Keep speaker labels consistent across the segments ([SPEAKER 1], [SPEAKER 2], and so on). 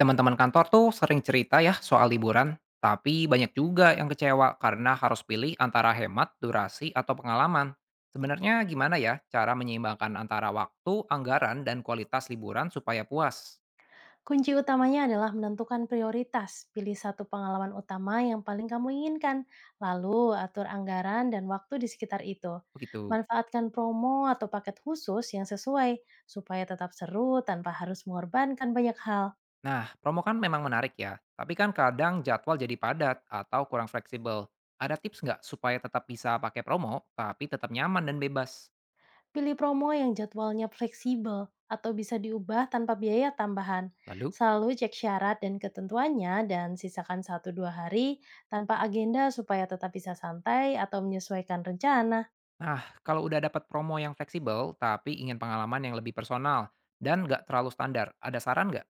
[SPEAKER 1] Teman-teman kantor tuh sering cerita ya soal liburan, tapi banyak juga yang kecewa karena harus pilih antara hemat, durasi, atau pengalaman. Sebenarnya gimana ya cara menyeimbangkan antara waktu, anggaran, dan kualitas liburan supaya puas?
[SPEAKER 2] Kunci utamanya adalah menentukan prioritas. Pilih satu pengalaman utama yang paling kamu inginkan, lalu atur anggaran dan waktu di sekitar itu.
[SPEAKER 1] Begitu.
[SPEAKER 2] Manfaatkan promo atau paket khusus yang sesuai supaya tetap seru tanpa harus mengorbankan banyak hal.
[SPEAKER 1] Nah, promo kan memang menarik ya, tapi kan kadang jadwal jadi padat atau kurang fleksibel. Ada tips nggak supaya tetap bisa pakai promo, tapi tetap nyaman dan bebas?
[SPEAKER 2] Pilih promo yang jadwalnya fleksibel atau bisa diubah tanpa biaya tambahan.
[SPEAKER 1] Lalu?
[SPEAKER 2] Selalu cek syarat dan ketentuannya dan sisakan 1 dua hari tanpa agenda supaya tetap bisa santai atau menyesuaikan rencana.
[SPEAKER 1] Nah, kalau udah dapat promo yang fleksibel, tapi ingin pengalaman yang lebih personal dan nggak terlalu standar, ada saran nggak?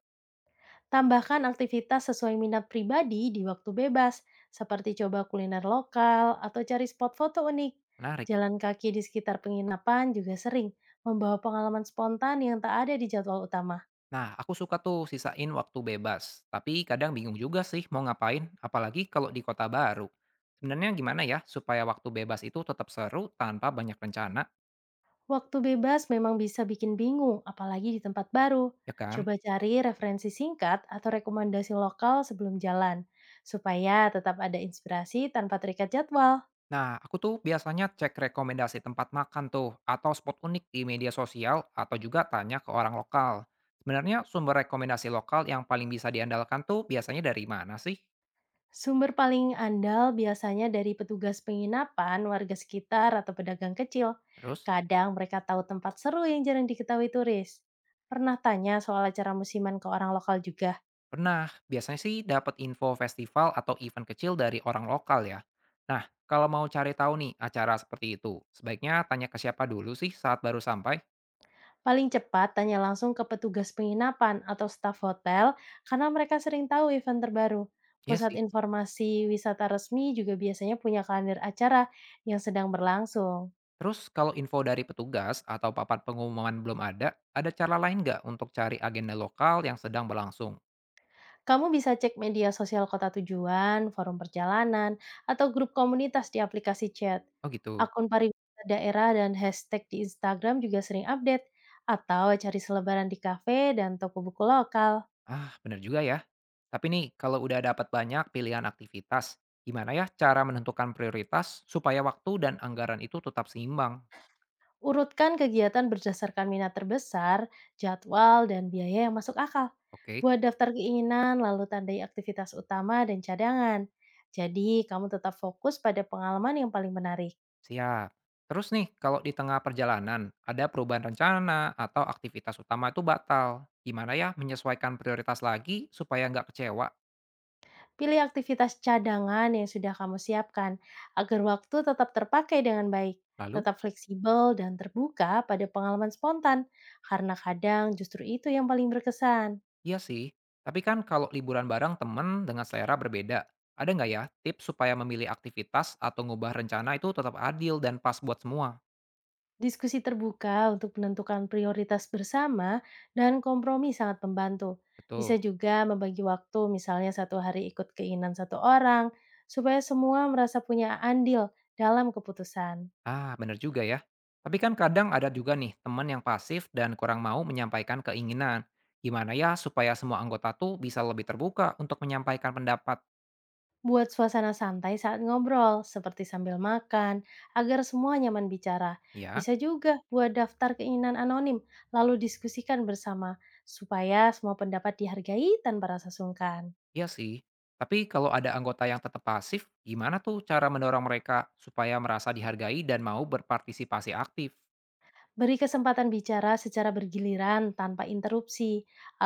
[SPEAKER 2] Tambahkan aktivitas sesuai minat pribadi di waktu bebas, seperti coba kuliner lokal atau cari spot foto unik.
[SPEAKER 1] Menarik.
[SPEAKER 2] Jalan kaki di sekitar penginapan juga sering membawa pengalaman spontan yang tak ada di jadwal utama.
[SPEAKER 1] Nah, aku suka tuh sisain waktu bebas, tapi kadang bingung juga sih mau ngapain, apalagi kalau di kota baru. Sebenarnya gimana ya supaya waktu bebas itu tetap seru tanpa banyak rencana,
[SPEAKER 2] Waktu bebas memang bisa bikin bingung, apalagi di tempat baru.
[SPEAKER 1] ya kan?
[SPEAKER 2] Coba cari referensi singkat atau rekomendasi lokal sebelum jalan, supaya tetap ada inspirasi tanpa terikat jadwal.
[SPEAKER 1] Nah, aku tuh biasanya cek rekomendasi tempat makan tuh, atau spot unik di media sosial, atau juga tanya ke orang lokal. Sebenarnya sumber rekomendasi lokal yang paling bisa diandalkan tuh biasanya dari mana sih?
[SPEAKER 2] Sumber paling andal biasanya dari petugas penginapan, warga sekitar, atau pedagang kecil.
[SPEAKER 1] Terus?
[SPEAKER 2] Kadang mereka tahu tempat seru yang jarang diketahui turis. Pernah tanya soal acara musiman ke orang lokal juga?
[SPEAKER 1] Pernah. Biasanya sih dapat info festival atau event kecil dari orang lokal ya. Nah, kalau mau cari tahu nih acara seperti itu, sebaiknya tanya ke siapa dulu sih saat baru sampai?
[SPEAKER 2] Paling cepat tanya langsung ke petugas penginapan atau staf hotel karena mereka sering tahu event terbaru.
[SPEAKER 1] Iya
[SPEAKER 2] Pusat
[SPEAKER 1] sih.
[SPEAKER 2] informasi wisata resmi juga biasanya punya kalender acara yang sedang berlangsung.
[SPEAKER 1] Terus kalau info dari petugas atau papan pengumuman belum ada, ada cara lain nggak untuk cari agenda lokal yang sedang berlangsung?
[SPEAKER 2] Kamu bisa cek media sosial kota tujuan, forum perjalanan, atau grup komunitas di aplikasi chat.
[SPEAKER 1] Oh gitu.
[SPEAKER 2] Akun pariwisata daerah dan hashtag di Instagram juga sering update, atau cari selebaran di kafe dan toko buku lokal.
[SPEAKER 1] Ah, bener juga ya. Tapi nih, kalau udah dapat banyak pilihan aktivitas, gimana ya cara menentukan prioritas supaya waktu dan anggaran itu tetap seimbang?
[SPEAKER 2] Urutkan kegiatan berdasarkan minat terbesar, jadwal, dan biaya yang masuk akal.
[SPEAKER 1] Oke.
[SPEAKER 2] Buat daftar keinginan, lalu tandai aktivitas utama dan cadangan. Jadi, kamu tetap fokus pada pengalaman yang paling menarik.
[SPEAKER 1] Siap. Terus nih, kalau di tengah perjalanan ada perubahan rencana atau aktivitas utama itu batal, gimana ya menyesuaikan prioritas lagi supaya nggak kecewa?
[SPEAKER 2] Pilih aktivitas cadangan yang sudah kamu siapkan agar waktu tetap terpakai dengan baik,
[SPEAKER 1] Lalu,
[SPEAKER 2] tetap fleksibel dan terbuka pada pengalaman spontan, karena kadang justru itu yang paling berkesan.
[SPEAKER 1] Iya sih, tapi kan kalau liburan bareng temen dengan selera berbeda, ada nggak ya tips supaya memilih aktivitas atau ngubah rencana itu tetap adil dan pas buat semua?
[SPEAKER 2] Diskusi terbuka untuk menentukan prioritas bersama dan kompromi sangat membantu. Bisa
[SPEAKER 1] Betul.
[SPEAKER 2] juga membagi waktu, misalnya satu hari ikut keinginan satu orang, supaya semua merasa punya andil dalam keputusan.
[SPEAKER 1] Ah, bener juga ya. Tapi kan kadang ada juga nih teman yang pasif dan kurang mau menyampaikan keinginan. Gimana ya supaya semua anggota tuh bisa lebih terbuka untuk menyampaikan pendapat?
[SPEAKER 2] Buat suasana santai saat ngobrol, seperti sambil makan, agar semua nyaman bicara.
[SPEAKER 1] Ya,
[SPEAKER 2] Bisa juga buat daftar keinginan anonim, lalu diskusikan bersama, supaya semua pendapat dihargai tanpa rasa sungkan.
[SPEAKER 1] iya sih. Tapi kalau ada anggota yang tetap pasif, gimana tuh cara mendorong mereka supaya merasa dihargai dan mau berpartisipasi aktif?
[SPEAKER 2] Beri kesempatan bicara secara bergiliran tanpa interupsi,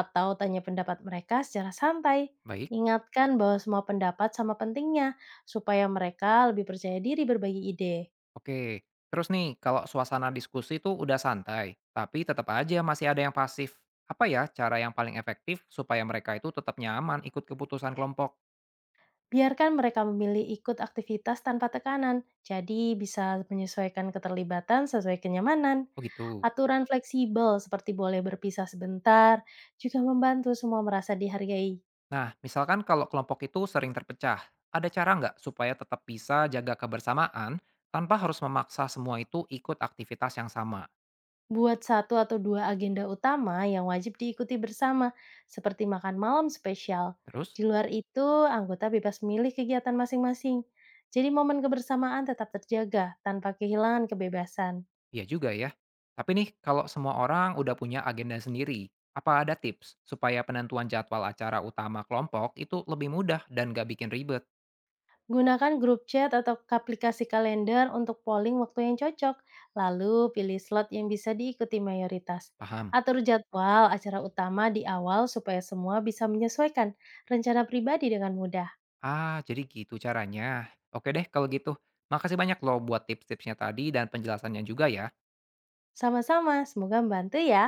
[SPEAKER 2] atau tanya pendapat mereka secara santai.
[SPEAKER 1] Baik,
[SPEAKER 2] Ingatkan bahwa semua pendapat sama pentingnya, supaya mereka lebih percaya diri berbagi ide.
[SPEAKER 1] oke. Terus nih, kalau suasana diskusi tuh udah santai, tapi tetap aja masih ada yang pasif. Apa ya cara yang paling efektif supaya mereka itu tetap nyaman ikut keputusan kelompok?
[SPEAKER 2] Biarkan mereka memilih ikut aktivitas tanpa tekanan, jadi bisa menyesuaikan keterlibatan sesuai kenyamanan.
[SPEAKER 1] Begitu.
[SPEAKER 2] Aturan fleksibel seperti boleh berpisah sebentar juga membantu semua merasa dihargai.
[SPEAKER 1] Nah, misalkan kalau kelompok itu sering terpecah, ada cara nggak supaya tetap bisa jaga kebersamaan tanpa harus memaksa semua itu ikut aktivitas yang sama?
[SPEAKER 2] Buat satu atau dua agenda utama yang wajib diikuti bersama, seperti makan malam spesial.
[SPEAKER 1] Terus?
[SPEAKER 2] Di luar itu, anggota bebas milih kegiatan masing-masing. Jadi momen kebersamaan tetap terjaga tanpa kehilangan kebebasan.
[SPEAKER 1] Iya juga ya. Tapi nih, kalau semua orang udah punya agenda sendiri, apa ada tips supaya penentuan jadwal acara utama kelompok itu lebih mudah dan gak bikin ribet?
[SPEAKER 2] Gunakan grup chat atau aplikasi kalender untuk polling waktu yang cocok, lalu pilih slot yang bisa diikuti mayoritas.
[SPEAKER 1] Paham?
[SPEAKER 2] Atur jadwal acara utama di awal supaya semua bisa menyesuaikan rencana pribadi dengan mudah.
[SPEAKER 1] Ah, jadi gitu caranya. Oke deh kalau gitu. Makasih banyak loh buat tips-tipsnya tadi dan penjelasannya juga ya.
[SPEAKER 2] Sama-sama, semoga membantu ya.